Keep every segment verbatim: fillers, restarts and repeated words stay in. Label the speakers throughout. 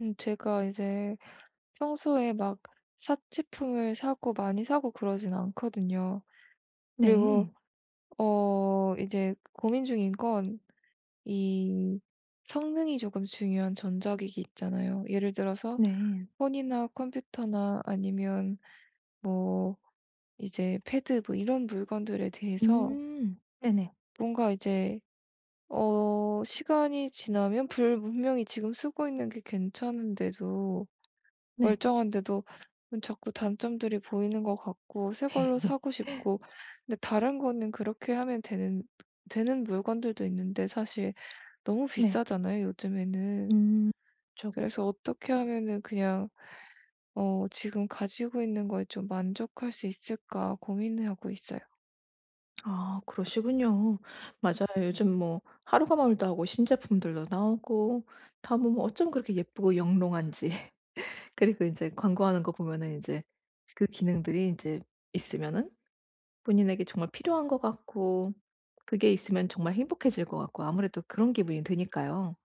Speaker 1: 음 제가 이제 평소에 막 사치품을 사고 많이 사고 그러진 않거든요. 그리고
Speaker 2: 네.
Speaker 1: 어 이제 고민 중인 건 이 성능이 조금 중요한 전자기기 있잖아요. 예를 들어서
Speaker 2: 네.
Speaker 1: 폰이나 컴퓨터나 아니면 뭐 이제 패드 뭐 이런 물건들에 대해서
Speaker 2: 음. 네네.
Speaker 1: 뭔가 이제 어 시간이 지나면 불 분명히 지금 쓰고 있는 게 괜찮은데도
Speaker 2: 네.
Speaker 1: 멀쩡한데도 음 자꾸 단점들이 보이는 것 같고 새 걸로 사고 싶고. 근데 다른 거는 그렇게 하면 되는 되는 물건들도 있는데 사실 너무
Speaker 2: 네.
Speaker 1: 비싸잖아요, 요즘에는.
Speaker 2: 음. 그쵸,
Speaker 1: 그래서
Speaker 2: 그쵸.
Speaker 1: 어떻게 하면은 그냥 어 지금 가지고 있는 거에 좀 만족할 수 있을까 고민을 하고 있어요.
Speaker 2: 아 그러시군요. 맞아요. 요즘 뭐 하루가 멀다 하고 신제품들도 나오고 다 뭐 뭐 어쩜 그렇게 예쁘고 영롱한지. 그리고 인제 광고하는 거 보면은 인제 그 기능들이 인제 있으면은 본인에게 정말 필요한 것 같고, 그게 있으면 정말 행복해질 것 같고, 아무래도 그런 기분이 드니까요.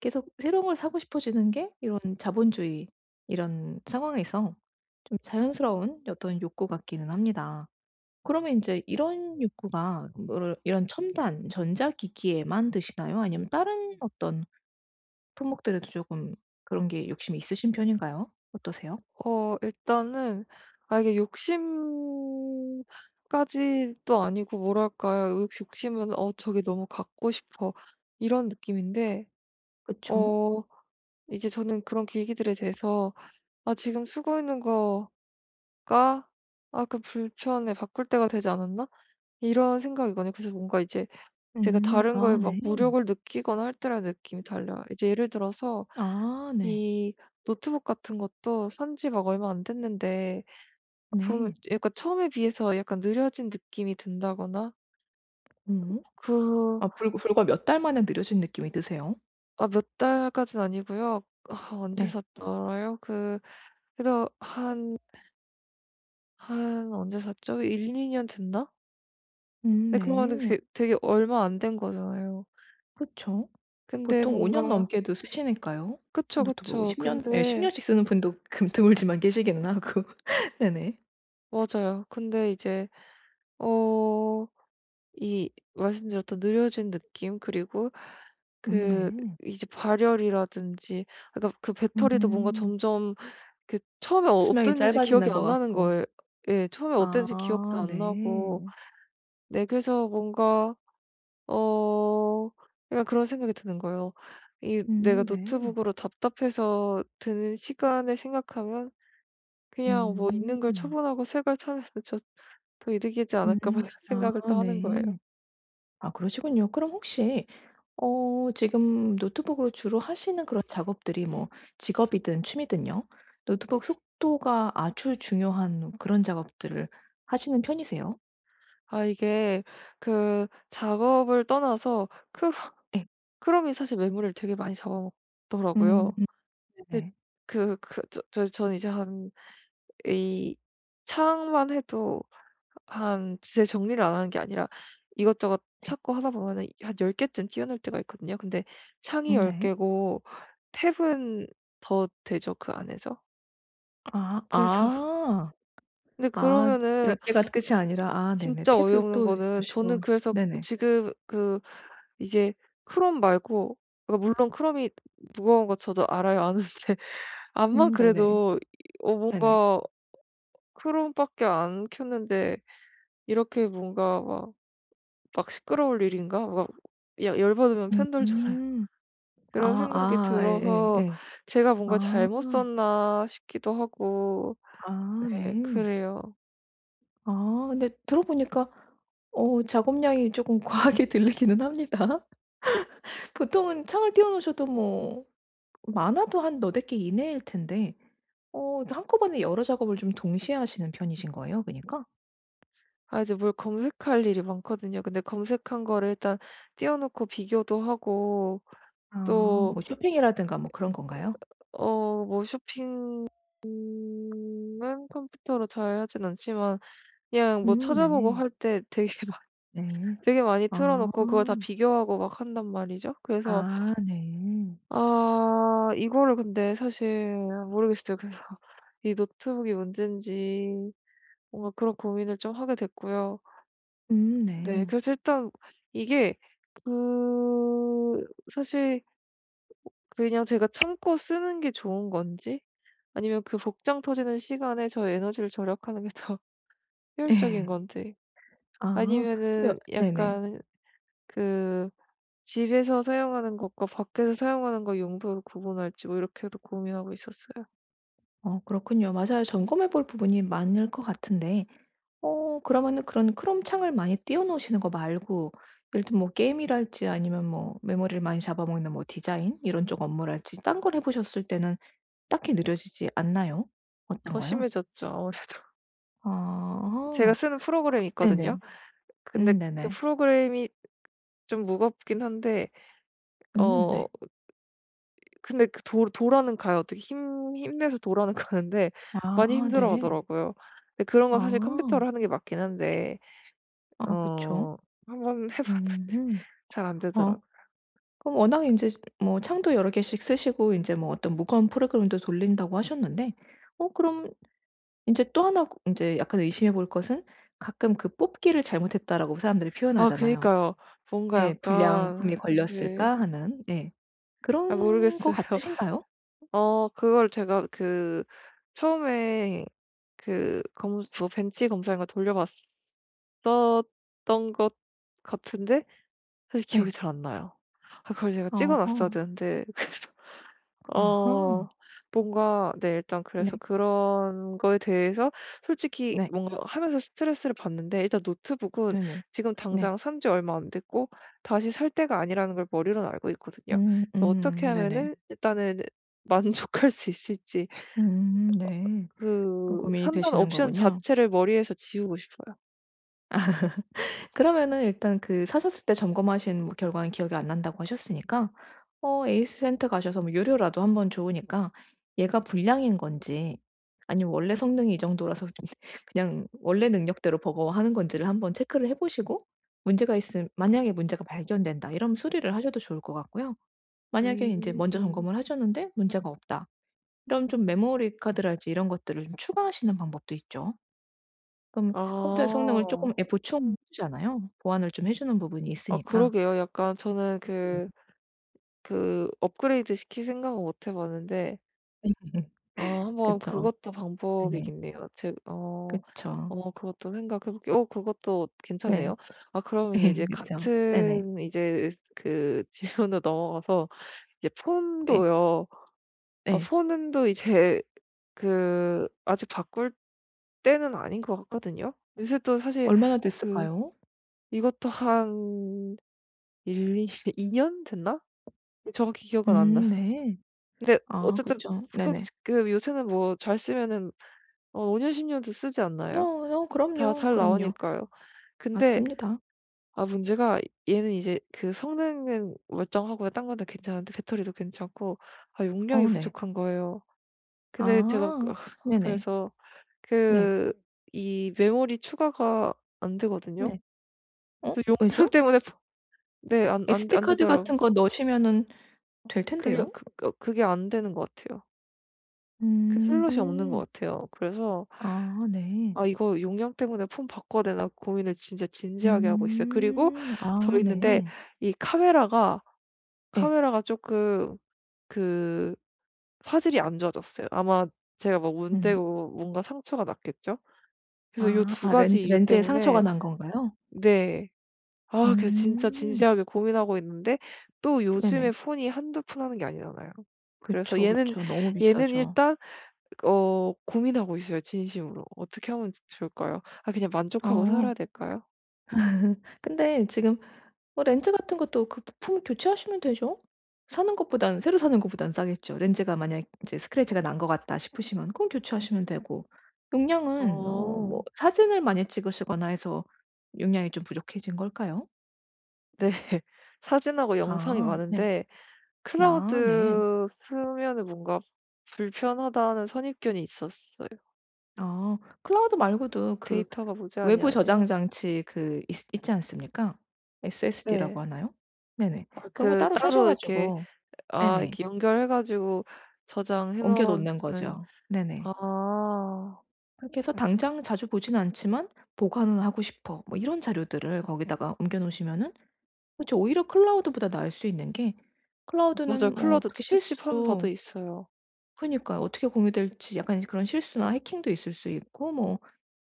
Speaker 2: 계속 새로운 걸 사고 싶어지는 게 이런 자본주의 이런 상황에서 좀 자연스러운 어떤 욕구 같기는 합니다. 그러면 인제 이런 욕구가 뭐를 이런 첨단 전자기기에만 드시나요? 아니면 다른 어떤 품목들에도 조금 그런 게 욕심이 있으신 편인가요? 어떠세요?
Speaker 1: 어 일단은 아 이게 욕심 까지도 아니고 뭐랄까요. 욕- 욕심은 '어 저게 너무 갖고 싶어.' 이런 느낌인데
Speaker 2: 그쵸.
Speaker 1: 어 이제 저는 그런 계기들에 대해서 '아 지금 쓰고 있는 거가 아 그 불편해. 바꿀 때가 되지 않았나?' 이런 생각이거든요. 그래서 뭔가 이제 제가
Speaker 2: 음.
Speaker 1: 다른
Speaker 2: 아
Speaker 1: 거에 막
Speaker 2: 네.
Speaker 1: 무력을 느끼거나 할 때랑 느낌이 달라요. 이제 예를 들어서
Speaker 2: 아 네.
Speaker 1: 이 노트북 같은 것도 산지 막 얼마 안 됐는데 보면
Speaker 2: 네.
Speaker 1: 약간 처음에 비해서 약간 느려진 느낌이 든다거나
Speaker 2: 음.
Speaker 1: 그.
Speaker 2: 아 불과 불과 몇 달 만에 느려진 느낌이 드세요?
Speaker 1: 아 몇 달까진 아니고요. 아 언제
Speaker 2: 네.
Speaker 1: 샀더라요? 그 그래도 한 한 언제 샀죠? 일, 이 년 됐나?
Speaker 2: 음
Speaker 1: 네, 그러면
Speaker 2: 네.
Speaker 1: 되 되게 얼마 안 된 거잖아요.
Speaker 2: 그쵸.
Speaker 1: 근데
Speaker 2: 보통 오 년
Speaker 1: 뭔가
Speaker 2: 넘게도 쓰시니까요.
Speaker 1: 그쵸,
Speaker 2: 노트북
Speaker 1: 그쵸.
Speaker 2: 십 년, 예, 십
Speaker 1: 근데
Speaker 2: 년씩 쓰는 분도 금 드물지만 계시기는 하고. 네네.
Speaker 1: 맞아요. 근데 이제 어 이 말씀드렸던 느려진 느낌 그리고
Speaker 2: 음
Speaker 1: 그
Speaker 2: 네.
Speaker 1: 이제 발열이라든지, 그러니까 그 배터리도 뭔가
Speaker 2: 음.
Speaker 1: 점점 그 처음에 어
Speaker 2: 수명이
Speaker 1: 어땠는지
Speaker 2: 짧아지는
Speaker 1: 기억이
Speaker 2: 것
Speaker 1: 안 나는
Speaker 2: 같고.
Speaker 1: 거예 요. 예, 처음에 어땠는지 기억도
Speaker 2: 아
Speaker 1: 안 나고.
Speaker 2: 네.
Speaker 1: 네, 그래서 뭔가 어 약간 그런 생각이 드는 거예요. 이
Speaker 2: 음
Speaker 1: 내가
Speaker 2: 네.
Speaker 1: 노트북으로 답답해서 드는 시간을 생각하면 그냥 뭐 있는 걸
Speaker 2: 음.
Speaker 1: 처분하고 새 걸 사면 저 더 이득이지 않을까 막
Speaker 2: 음.
Speaker 1: 이런
Speaker 2: 아
Speaker 1: 생각을 또 하는 거예요.
Speaker 2: 네. 아 그러시군요. 그럼 혹시 어 지금 노트북으로 주로 하시는 그런 작업들이 뭐 직업이든 취미든요. 노트북 속도가 아주 중요한 그런 작업들을 하시는 편이세요?
Speaker 1: 아 이게 그 작업을 떠나서 크롬
Speaker 2: 예.
Speaker 1: 크롬이 사실 메모리를 되게 많이
Speaker 2: 음
Speaker 1: 잡아먹더라고요.
Speaker 2: 음
Speaker 1: 근데
Speaker 2: 네네.
Speaker 1: 그 그 저저는 이제 한 이 창만 해도 한 제 정리를 안 하는 게 아니라 이것저것
Speaker 2: 네.
Speaker 1: 찾고 하다 보면은 한 열 개쯤 튀어나올 때가 있거든요. 근데 창이
Speaker 2: 음
Speaker 1: 열
Speaker 2: 네.
Speaker 1: 개고 탭은 더 되죠, 그 안에서.
Speaker 2: 아
Speaker 1: 그래서
Speaker 2: 아.
Speaker 1: 근데
Speaker 2: 아 열
Speaker 1: 그러면은,
Speaker 2: 개가 끝이 아니라, 아 네네.
Speaker 1: 진짜
Speaker 2: 탭이
Speaker 1: 어이없는
Speaker 2: 또
Speaker 1: 거는
Speaker 2: 몇십
Speaker 1: 저는
Speaker 2: 원.
Speaker 1: 그래서
Speaker 2: 네네.
Speaker 1: 지금 그 이제 크롬 말고, 그러니까 물론 크롬이 무거운 거 저도 알아요. 아는데
Speaker 2: 음
Speaker 1: 암만
Speaker 2: 네네.
Speaker 1: 그래도 어
Speaker 2: 네네.
Speaker 1: 뭔가 크롬밖에 안 켰는데 이렇게 뭔가 막 막 '시끄러울 일인가?' 막, 야 열 받으면 펜 돌잖아요.
Speaker 2: 음.
Speaker 1: 그런
Speaker 2: 아
Speaker 1: 생각이
Speaker 2: 아
Speaker 1: 들어서
Speaker 2: 예예예.
Speaker 1: 제가 뭔가
Speaker 2: 아.
Speaker 1: 잘못 썼나 싶기도 하고.
Speaker 2: 아
Speaker 1: 네,
Speaker 2: 네.
Speaker 1: 그래요.
Speaker 2: 아 근데 들어보니까 어 작업량이 쪼끔 과하게 들리기는 합니다. 보통은 창을 띄워 놓으셔도 뭐 많아도 한 너댓 개 이내일 텐데, 어 한꺼번에 여러 작업을 좀 동시에 하시는 편이신 거예요 그니까?
Speaker 1: 아 이제 뭘 검색할 일이 많거든요. 근데 검색한 거를 일단 띄워 놓고 비교도 하고
Speaker 2: 아
Speaker 1: 또
Speaker 2: 뭐 쇼핑이라든가 뭐 그런 건가요?
Speaker 1: 어 뭐, 쇼핑은 컴퓨터로 잘 하진 않지만 그냥 뭐
Speaker 2: 음 네.
Speaker 1: 찾아보고
Speaker 2: 네.
Speaker 1: 할 때 되게
Speaker 2: 네.
Speaker 1: 되게 많이 틀어
Speaker 2: 아.
Speaker 1: 놓고 그걸 다 비교하고 막 한단 말이죠. 그래서
Speaker 2: 아 네.
Speaker 1: 아 이거를, 근데 사실 모르겠어요. 그래서 이 노트북이 문제인지 뭔가 그런 고민을 좀 하게 됐고요.
Speaker 2: 음
Speaker 1: 네,
Speaker 2: 네.
Speaker 1: 그래서 일단 이게 그 사실 그냥 제가 참고 쓰는 게 좋은 건지 아니면 그 복장 터지는 시간에 저의 에너지를 절약하는 게 더
Speaker 2: 예.
Speaker 1: 효율적인 건지
Speaker 2: 아 여
Speaker 1: 아니면은,
Speaker 2: 네네.
Speaker 1: 약간 그 집에서 사용하는 것과 밖에서 사용하는 거 용도를 구분할지 뭐 이렇게도 고민하고 있었어요.
Speaker 2: 어 그렇군요. 맞아요. 점검해 볼 부분이 많을 것 같은데, 어 그러면은 그런 크롬 창을 많이 띄워 놓으시는 거 말고 예를 들면 뭐 게임이랄지, 아니면 뭐 메모리를 많이 잡아먹는 뭐 디자인 이런 쪽 업무랄지 딴 걸 해 보셨을 때는 딱히 느려지지 않나요?
Speaker 1: 더
Speaker 2: 어떤가요?
Speaker 1: 심해졌죠 아무래도.
Speaker 2: 아.
Speaker 1: 제가 쓰는
Speaker 2: 그
Speaker 1: 프로그램이
Speaker 2: 네네.
Speaker 1: 있거든요. 근데
Speaker 2: 음
Speaker 1: 그
Speaker 2: 네네.
Speaker 1: 프로그램이 좀 무겁긴 한데
Speaker 2: 음
Speaker 1: 어
Speaker 2: 네.
Speaker 1: 근데 그 도 도라는 가요. 어떻게 힘 힘내서 도라는 가는데
Speaker 2: 아
Speaker 1: 많이
Speaker 2: 네.
Speaker 1: 힘들어하더라고요. 근데 그런 건 사실
Speaker 2: 아.
Speaker 1: 컴퓨터로 하는 게 맞긴 한데
Speaker 2: 아 그쵸.
Speaker 1: 어 한번 해 봤는데
Speaker 2: 음.
Speaker 1: 잘 안
Speaker 2: 아
Speaker 1: 되더라고요.
Speaker 2: 그럼 워낙 이제 뭐 창도 여러 개씩 쓰시고 이제 뭐 어떤 무거운 프로그램도 돌린다고 하셨는데, 어 그럼 이제또1이제 약간 의심해 볼 것은, 가끔 그 "뽑기를 잘못했다."라고 사람들이
Speaker 1: 아
Speaker 2: 표현하잖아요.
Speaker 1: 그니까요. 뭔가
Speaker 2: 예. '불량품이
Speaker 1: 약간 근데
Speaker 2: 걸렸을까?' 하는. 예.
Speaker 1: 아
Speaker 2: 그런 것
Speaker 1: 모르겠어요.
Speaker 2: 같으신가요?
Speaker 1: 어 그걸 제가 그 처음에 그 검 그 벤치 검사 인가 돌려 봤 있었던 것 같은데 사실 기억이
Speaker 2: 예.
Speaker 1: 잘 안 나요. 아 그걸 제가 찍어
Speaker 2: 어허.
Speaker 1: 놨어야 되는데 그래서
Speaker 2: 어허
Speaker 1: 어 뭔가, 네 일단. 그래서
Speaker 2: 네.
Speaker 1: 그런 거에 대해서 솔직히
Speaker 2: 네.
Speaker 1: 뭔가 하면서 스트레스를 받는데 일단 노트북은
Speaker 2: 네네. 네.
Speaker 1: 지금
Speaker 2: 네.
Speaker 1: 당장 산지 얼마 안 됐고 다시 살 때가 아니라는 걸 머리로는 알고 있거든요.
Speaker 2: 음
Speaker 1: 그래서 어떻게
Speaker 2: 음. 네네.
Speaker 1: 하면은 일단은 만족할 수 있을지,
Speaker 2: 음 네. 그
Speaker 1: 그
Speaker 2: 고민이
Speaker 1: 산다는
Speaker 2: 되시는
Speaker 1: 옵션
Speaker 2: 거군요.
Speaker 1: 자체를 머리에서 지우고 싶어요.
Speaker 2: 그러면은 일단 그 사셨을 때 점검하신 뭐 결과는 기억이 안 난다고 하셨으니까, 어 에이스 센터 가셔서 뭐 유료라도 한 번 좋으니까 얘가 불량인 건지, 아니면 원래 성능이 이 정도라서 그냥 원래 능력대로 버거워하는 건지를 한번 체크를 해 보시고, 문제가 있음, 만약에 문제가 발견된다 이러면 수리를 하셔도 좋을 것 같고요. 만약에 이제
Speaker 1: 음.
Speaker 2: 먼저 점검을 하셨는데 문제가 없다. 이러면 좀 메모리 카드랄지 이런 것들을 좀 추가하시는 방법도 있죠. 그럼 컴퓨터의 성능을 쪼끔
Speaker 1: 아.
Speaker 2: 예 보충해 주잖아요. 보완을 좀 해 주는 부분이
Speaker 1: 아
Speaker 2: 있으니까.
Speaker 1: 그러게요. 약간 저는
Speaker 2: 네,
Speaker 1: 그 그 업그레이드 시킬 생각은 못 해 봤는데, 아 한번
Speaker 2: 그쵸.
Speaker 1: 그것도
Speaker 2: 네네.
Speaker 1: 방법이겠네요. 제 어
Speaker 2: 그쵸.
Speaker 1: 어 그것도 생각해 볼게요. 어 그것도
Speaker 2: 네.
Speaker 1: 괜찮네요. 아 그러면 이제
Speaker 2: 그쵸. 네네.
Speaker 1: 같은 이제 그 질문으로 넘어가서 이제
Speaker 2: 예.
Speaker 1: 폰도요. 아
Speaker 2: 예.
Speaker 1: 폰도 이제 그 아직 바꿀 때는 아닌 것 같거든요. 요새 또 사실
Speaker 2: 얼마나
Speaker 1: 그
Speaker 2: 됐을까요?
Speaker 1: 이것도 한일이 년 됐나? 정확히 기억은 안
Speaker 2: 음
Speaker 1: 나요.
Speaker 2: 네.
Speaker 1: 근데
Speaker 2: 아
Speaker 1: 어쨌든
Speaker 2: 그쵸.
Speaker 1: 그
Speaker 2: 네네.
Speaker 1: 지금 요새는 뭐 잘 쓰면은 어 오 년, 십 년도 쓰지
Speaker 2: 어
Speaker 1: 않나요?
Speaker 2: 어
Speaker 1: 다
Speaker 2: 그럼요,
Speaker 1: 잘
Speaker 2: 그럼요.
Speaker 1: 나오니까요. 근데
Speaker 2: 맞습니다.
Speaker 1: 아 문제가, 얘는 이제 그 성능은 멀쩡하고 딴 건 다 괜찮은데 배터리도 괜찮고, 아 용량이
Speaker 2: 어 네.
Speaker 1: 부족한 거예요. 근데 제가 그
Speaker 2: 아 네네.
Speaker 1: 그래서
Speaker 2: 네.
Speaker 1: 그 이 메모리 추가가 안 되거든요.
Speaker 2: 네. 어
Speaker 1: 그 용량
Speaker 2: 왜죠?
Speaker 1: 때문에 부 네, 안 안 안
Speaker 2: 에스디 카드 같은
Speaker 1: 되더라고요.
Speaker 2: 거 넣으시면은 될
Speaker 1: 그게
Speaker 2: 텐데요.
Speaker 1: 그 그- 그게 안 되는 것 같아요. 그 슬롯이 없는 것
Speaker 2: 음음.
Speaker 1: 같아요. 그래서
Speaker 2: 아 네.
Speaker 1: 아 이거 용량 때문에 폰 바꿔야 되나 고민을 진짜 진지하게 하고 있어요. 그리고
Speaker 2: 음. 아
Speaker 1: 저 있는데,
Speaker 2: 네.
Speaker 1: 이 카메라가,
Speaker 2: 예.
Speaker 1: 카메라가 조금 그 화질이 안 좋아졌어요. 아마 제가 막
Speaker 2: 음.
Speaker 1: 문대고 뭔가 상처가 났겠죠? 그래서 요
Speaker 2: 아
Speaker 1: 두
Speaker 2: 아 렌즈,
Speaker 1: 가지 이유
Speaker 2: 렌즈에 상처가
Speaker 1: 때문에.
Speaker 2: 난 건가요?
Speaker 1: 네. 아 그래서 진짜
Speaker 2: 음.
Speaker 1: 진지하게 고민하고 있는데 또 요즘에
Speaker 2: 네네.
Speaker 1: 폰이 한두 푼 하는 게 아니잖아요. 그래서
Speaker 2: 그쵸,
Speaker 1: 얘는
Speaker 2: 그쵸. 너무
Speaker 1: 얘는
Speaker 2: 비싸죠.
Speaker 1: 일단 어 고민하고 있어요 진심으로. 어떻게 하면 좋 좋을까요? 아 그냥 만족하고
Speaker 2: 어,
Speaker 1: 살아야 될까요?
Speaker 2: 근데 지금 뭐 렌즈 같은 것도 그 부품 교체하시면 되죠. 사는 것보단, 새로 사는 것보단 싸겠죠. 렌즈가 만약 이제 스크래치가 난 것 같다 싶으시면 그건 교체하시면 되고, 용량은 어 뭐
Speaker 1: 어.
Speaker 2: 사진을 많이 찍으시거나 해서 용량이 좀 부족해진 걸까요?
Speaker 1: 네. 사진하고 영상이
Speaker 2: 아 네.
Speaker 1: 많은데
Speaker 2: 아 네.
Speaker 1: 클라우드 쓰면은 뭔가 불편하다는 선입견이 있었어요.
Speaker 2: 아 클라우드 말고도 그
Speaker 1: 데이터가 무제한이
Speaker 2: 외부 저장
Speaker 1: 아니라.
Speaker 2: 장치 그 있 있지 않습니까? 에스에스디라고
Speaker 1: 네.
Speaker 2: 하나요? 네네.
Speaker 1: 아
Speaker 2: 그런 거
Speaker 1: 그
Speaker 2: 따로 사셔
Speaker 1: 따로 이렇게,
Speaker 2: 가지고
Speaker 1: 아
Speaker 2: 네네.
Speaker 1: 이렇게 연결해 가지고 저장해
Speaker 2: 옮겨 놓는
Speaker 1: 놓는.
Speaker 2: 거죠. 네네.
Speaker 1: 아.
Speaker 2: 그렇게 해서 당장 자주 보진 않지만 '보관은 하고 싶어.' 뭐 이런 자료들을 거기다가 옮겨 놓으시면은 그쵸. 오히려 클라우드보다 나을 수 있는 게,
Speaker 1: 맞아요.
Speaker 2: 클라우드는 뭐
Speaker 1: 클라우드도
Speaker 2: 어떻게
Speaker 1: 찝찝한 바도
Speaker 2: 실수로,
Speaker 1: 있어요.
Speaker 2: 그니까요. 어떻게 공유될지 약간 이제 그런 실수나 해킹도 있을 수 있고 뭐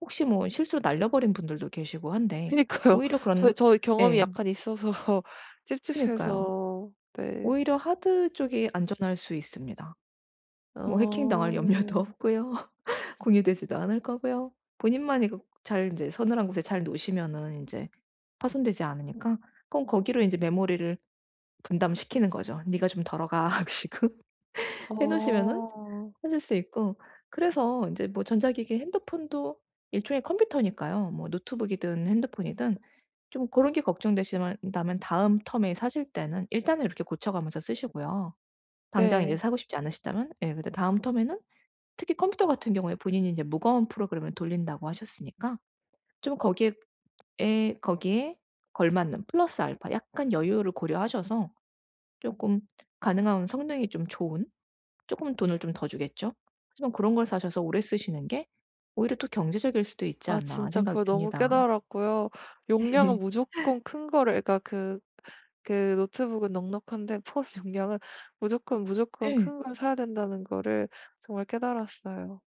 Speaker 2: 혹시 뭐 실수로 날려 버린 분들도 계시고 한데,
Speaker 1: 그니까요.
Speaker 2: 오히려 그런
Speaker 1: 저 저 경험이
Speaker 2: 예.
Speaker 1: 약간 있어서
Speaker 2: 그니까요.
Speaker 1: 찝찝해서 네.
Speaker 2: 오히려 하드 쪽이 안전할 수 있습니다. 뭐 해킹당할 염려도
Speaker 1: 어.
Speaker 2: 없고요. 공유되지도 않을 거고요. 본인만 이거 잘 이제 서늘한 곳에 잘 놓으시면은 제 파손되지 않으니까 그럼 거기로 이제 메모리를 분담시키는 거죠. "네가 좀 덜어가." 하시고 해 놓으시면은
Speaker 1: 어.
Speaker 2: 찾을 수 있고. 그래서 이제 뭐 전자기기, 핸드폰도 일종의 컴퓨터니까요. 뭐 노트북이든 핸드폰이든 좀 그런 게 걱정되시 다면 다음 텀에 사실 때는 일단은 이렇게 고쳐 가면서 쓰시고요. 당장 이제
Speaker 1: 네.
Speaker 2: 사고 싶지 않으시다면 예 근데 다음 텀에는 특히 컴퓨터 같은 경우에 본인이 인제 무거운 프로그램을 돌린다고 하셨으니까, 좀 거기에 에 거기에 걸맞는 플러스 알파 약간 여유를 고려하셔서 쪼끔 가능한 성능이 좀 좋은, 쪼끔 돈을 좀 더 주겠죠. 하지만 그런 걸 사셔서 오래 쓰시는 게 오히려 또 경제적일 수도 있지
Speaker 1: 아
Speaker 2: 않나
Speaker 1: 진짜
Speaker 2: 생각이
Speaker 1: 그거 너무
Speaker 2: 듭니다.
Speaker 1: 깨달았고요. 용량은 무조건 큰 거를, 그러니까 그 그 노트북은 넉넉한데 폰 용량은 무조건, 무조건
Speaker 2: 예.
Speaker 1: 큰 걸 사야 된다는 거를 정말 깨달았어요.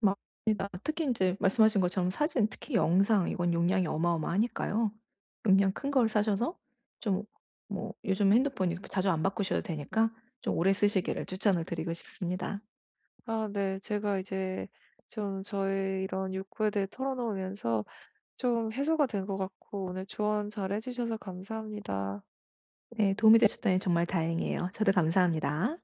Speaker 2: 맞습니다. 특히 인제 말씀하신 것처럼 사진, 특히 영상, 이건 용량이 어마어마하니까요. 용량 큰 걸 사셔서 좀 뭐 요즘 핸드폰이 자주 안 바꾸셔도 되니까 좀 오래 쓰시기를 추천을 드리고 싶습니다.
Speaker 1: 아 네. 제가 이제 좀 저의 이런 욕구에 대해 털어놓으면서 좀 해소가 된 것 같고 오늘 조언 잘 해 주셔서 감사합니다.
Speaker 2: 네 도움이 되셨다니 정말 다행이에요. 저도 감사합니다.